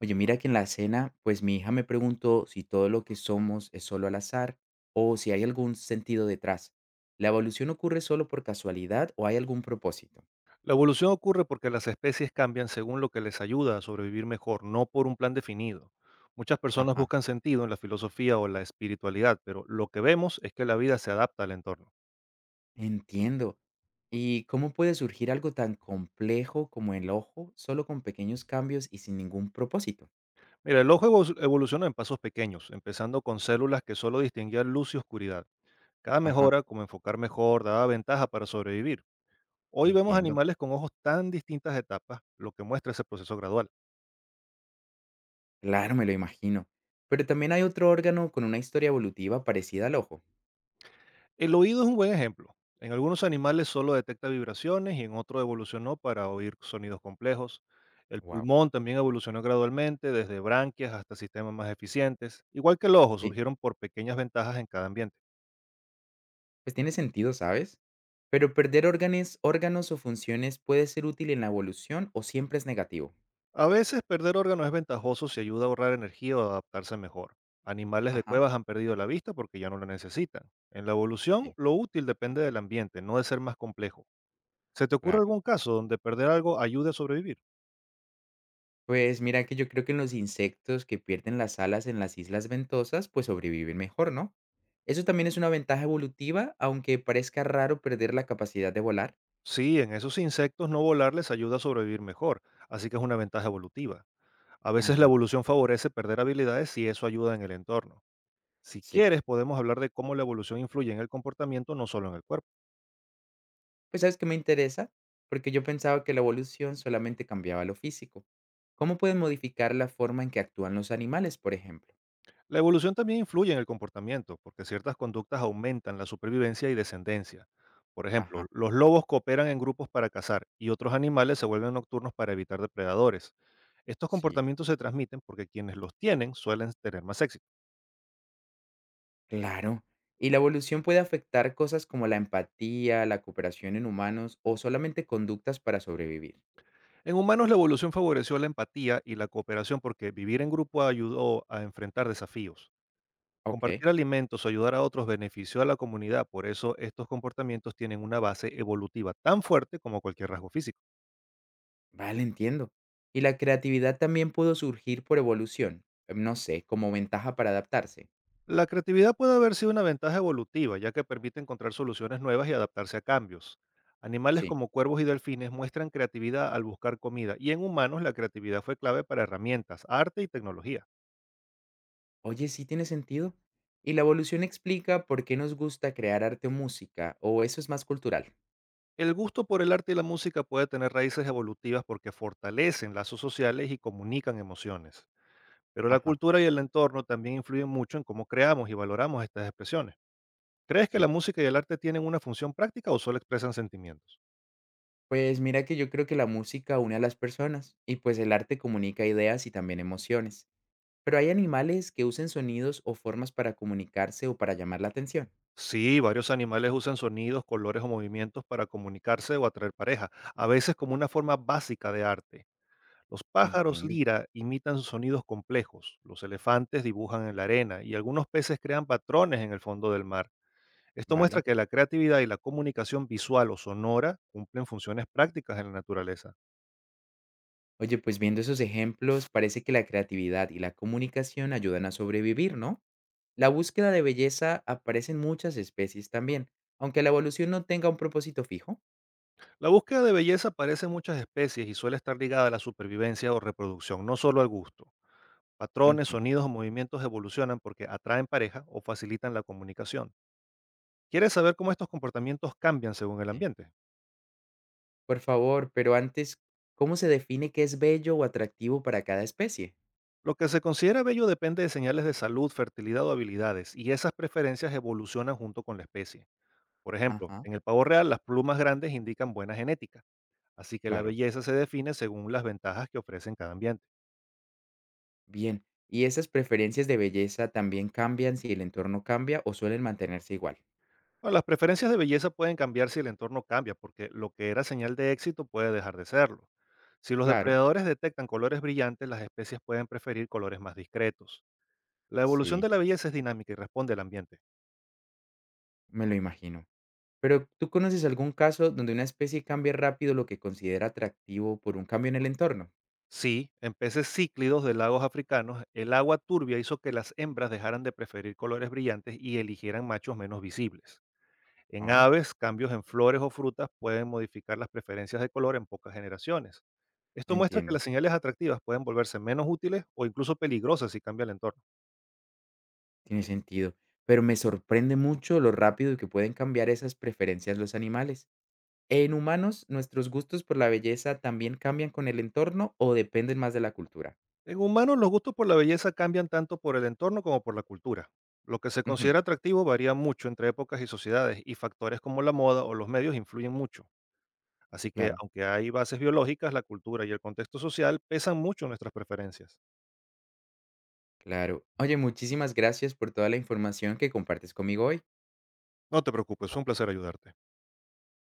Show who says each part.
Speaker 1: Oye, mira que en la cena, pues mi hija me preguntó si todo lo que somos es solo al azar o si hay algún sentido detrás. ¿La evolución ocurre solo por casualidad o hay algún propósito?
Speaker 2: La evolución ocurre porque las especies cambian según lo que les ayuda a sobrevivir mejor, no por un plan definido. Muchas personas
Speaker 1: Ajá,
Speaker 2: buscan sentido en la filosofía o la espiritualidad, pero lo que vemos es que la vida se adapta al entorno.
Speaker 1: entiendo. ¿Y cómo puede surgir algo tan complejo como el ojo solo con pequeños cambios y sin ningún propósito?
Speaker 2: Mira, el ojo evoluciona en pasos pequeños, empezando con células que solo distinguían luz y oscuridad. Cada
Speaker 1: Ajá,
Speaker 2: mejora, como enfocar mejor, daba ventaja para sobrevivir. Hoy vemos
Speaker 1: entiendo.
Speaker 2: animales con ojos tan distintas etapas, lo que muestra ese proceso gradual.
Speaker 1: Claro, me lo imagino. Pero también hay otro órgano con una historia evolutiva parecida al ojo.
Speaker 2: El oído es un buen ejemplo. En algunos animales solo detecta vibraciones y en otros evolucionó para oír sonidos complejos. El
Speaker 1: Wow.
Speaker 2: pulmón también evolucionó gradualmente, desde branquias hasta sistemas más eficientes. Igual que el ojo, surgieron por pequeñas ventajas en cada ambiente.
Speaker 1: Pues tiene sentido, ¿sabes? Pero perder órganos o funciones puede ser útil en la evolución o siempre es negativo.
Speaker 2: A veces perder órganos es ventajoso si ayuda a ahorrar energía o adaptarse mejor. Animales de
Speaker 1: Ajá,
Speaker 2: cuevas han perdido la vista porque ya no la necesitan. En la evolución,
Speaker 1: sí,
Speaker 2: lo útil depende del ambiente, no de ser más complejo. ¿Se te ocurre
Speaker 1: claro.
Speaker 2: algún caso donde perder algo ayude a sobrevivir?
Speaker 1: Pues mira que yo creo que en los insectos que pierden las alas en las islas ventosas, pues sobreviven mejor, ¿no? Eso también es una ventaja evolutiva, aunque parezca raro perder la capacidad de volar.
Speaker 2: Sí, en esos insectos no volar les ayuda a sobrevivir mejor, así que es una ventaja evolutiva. A veces la
Speaker 1: Ajá,
Speaker 2: evolución favorece perder habilidades y eso ayuda en el entorno. Si
Speaker 1: sí.
Speaker 2: quieres, podemos hablar de cómo la evolución influye en el comportamiento, no solo en el cuerpo.
Speaker 1: Pues sabes que me interesa, porque yo pensaba que la evolución solamente cambiaba lo físico. ¿Cómo pueden modificar la forma en que actúan los animales, por ejemplo?
Speaker 2: La evolución también influye en el comportamiento, porque ciertas conductas aumentan la supervivencia y descendencia. Por ejemplo,
Speaker 1: Ajá,
Speaker 2: los lobos cooperan en grupos para cazar y otros animales se vuelven nocturnos para evitar depredadores. Estos
Speaker 1: sí.
Speaker 2: comportamientos se transmiten porque quienes los tienen suelen tener más éxito.
Speaker 1: Claro. ¿Y la evolución puede afectar cosas como la empatía, la cooperación en humanos o solamente conductas para sobrevivir?
Speaker 2: En humanos la evolución favoreció la empatía y la cooperación porque vivir en grupo ayudó a enfrentar desafíos.
Speaker 1: Ok,
Speaker 2: Compartir alimentos o ayudar a otros benefició a la comunidad, por eso estos comportamientos tienen una base evolutiva tan fuerte como cualquier rasgo físico.
Speaker 1: vale, entiendo. ¿Y la creatividad también pudo surgir por evolución? No sé, como ventaja para adaptarse.
Speaker 2: La creatividad puede haber sido una ventaja evolutiva, ya que permite encontrar soluciones nuevas y adaptarse a cambios. Animales
Speaker 1: Sí.
Speaker 2: como cuervos y delfines muestran creatividad al buscar comida, y en humanos la creatividad fue clave para herramientas, arte y tecnología.
Speaker 1: Oye, sí tiene sentido. ¿Y la evolución explica por qué nos gusta crear arte o música? ¿O eso es más cultural?
Speaker 2: El gusto por el arte y la música puede tener raíces evolutivas porque fortalecen lazos sociales y comunican emociones, pero la
Speaker 1: Ajá,
Speaker 2: cultura y el entorno también influyen mucho en cómo creamos y valoramos estas expresiones. ¿Crees que la
Speaker 1: sí.
Speaker 2: música y el arte tienen una función práctica o solo expresan sentimientos?
Speaker 1: Pues mira que yo creo que la música une a las personas y pues el arte comunica ideas y también emociones. Pero hay animales que usen sonidos o formas para comunicarse o para llamar la atención.
Speaker 2: Sí, varios animales usan sonidos, colores o movimientos para comunicarse o atraer pareja, a veces como una forma básica de arte. Los pájaros
Speaker 1: Entiendo,
Speaker 2: lira imitan sonidos complejos, los elefantes dibujan en la arena y algunos peces crean patrones en el fondo del mar. Esto muestra
Speaker 1: vale.
Speaker 2: que la creatividad y la comunicación visual o sonora cumplen funciones prácticas en la naturaleza.
Speaker 1: Oye, pues viendo esos ejemplos, parece que la creatividad y la comunicación ayudan a sobrevivir, ¿no? La búsqueda de belleza aparece en muchas especies también, aunque la evolución no tenga un propósito fijo.
Speaker 2: La búsqueda de belleza aparece en muchas especies y suele estar ligada a la supervivencia o reproducción, no solo al gusto. Patrones,
Speaker 1: Ujú,
Speaker 2: sonidos o movimientos evolucionan porque atraen pareja o facilitan la comunicación. ¿Quieres saber cómo estos comportamientos cambian según el
Speaker 1: sí.
Speaker 2: ambiente?
Speaker 1: Por favor, pero antes, ¿cómo se define qué es bello o atractivo para cada especie?
Speaker 2: Lo que se considera bello depende de señales de salud, fertilidad o habilidades, y esas preferencias evolucionan junto con la especie. Por ejemplo,
Speaker 1: Ajá,
Speaker 2: en el pavo real las plumas grandes indican buena genética. Así que la
Speaker 1: claro.
Speaker 2: belleza se define según las ventajas que ofrece en cada ambiente.
Speaker 1: Bien. ¿Y esas preferencias de belleza también cambian si el entorno cambia o suelen mantenerse igual?
Speaker 2: Ahora, las preferencias de belleza pueden cambiar si el entorno cambia, porque lo que era señal de éxito puede dejar de serlo. Si los
Speaker 1: Claro,
Speaker 2: depredadores detectan colores brillantes, las especies pueden preferir colores más discretos. La evolución
Speaker 1: sí,
Speaker 2: de la belleza es dinámica y responde al ambiente.
Speaker 1: me lo imagino. Pero, ¿tú conoces algún caso donde una especie cambie rápido lo que considera atractivo por un cambio en el entorno?
Speaker 2: Sí, en peces cíclidos de lagos africanos, el agua turbia hizo que las hembras dejaran de preferir colores brillantes y eligieran machos menos visibles. En
Speaker 1: Ah,
Speaker 2: aves, cambios en flores o frutas pueden modificar las preferencias de color en pocas generaciones. Esto muestra que
Speaker 1: entiendo,
Speaker 2: las señales atractivas pueden volverse menos útiles o incluso peligrosas si cambia el entorno.
Speaker 1: tiene sentido. Pero me sorprende mucho lo rápido que pueden cambiar esas preferencias los animales. ¿En humanos nuestros gustos por la belleza también cambian con el entorno o dependen más de la cultura?
Speaker 2: En humanos, los gustos por la belleza cambian tanto por el entorno como por la cultura. Lo que se
Speaker 1: Ujú,
Speaker 2: considera atractivo varía mucho entre épocas y sociedades y factores como la moda o los medios influyen mucho. Así que,
Speaker 1: claro,
Speaker 2: aunque hay bases biológicas, la cultura y el contexto social pesan mucho en nuestras preferencias.
Speaker 1: claro. Oye, muchísimas gracias por toda la información que compartes conmigo hoy.
Speaker 2: No te preocupes, fue un placer ayudarte.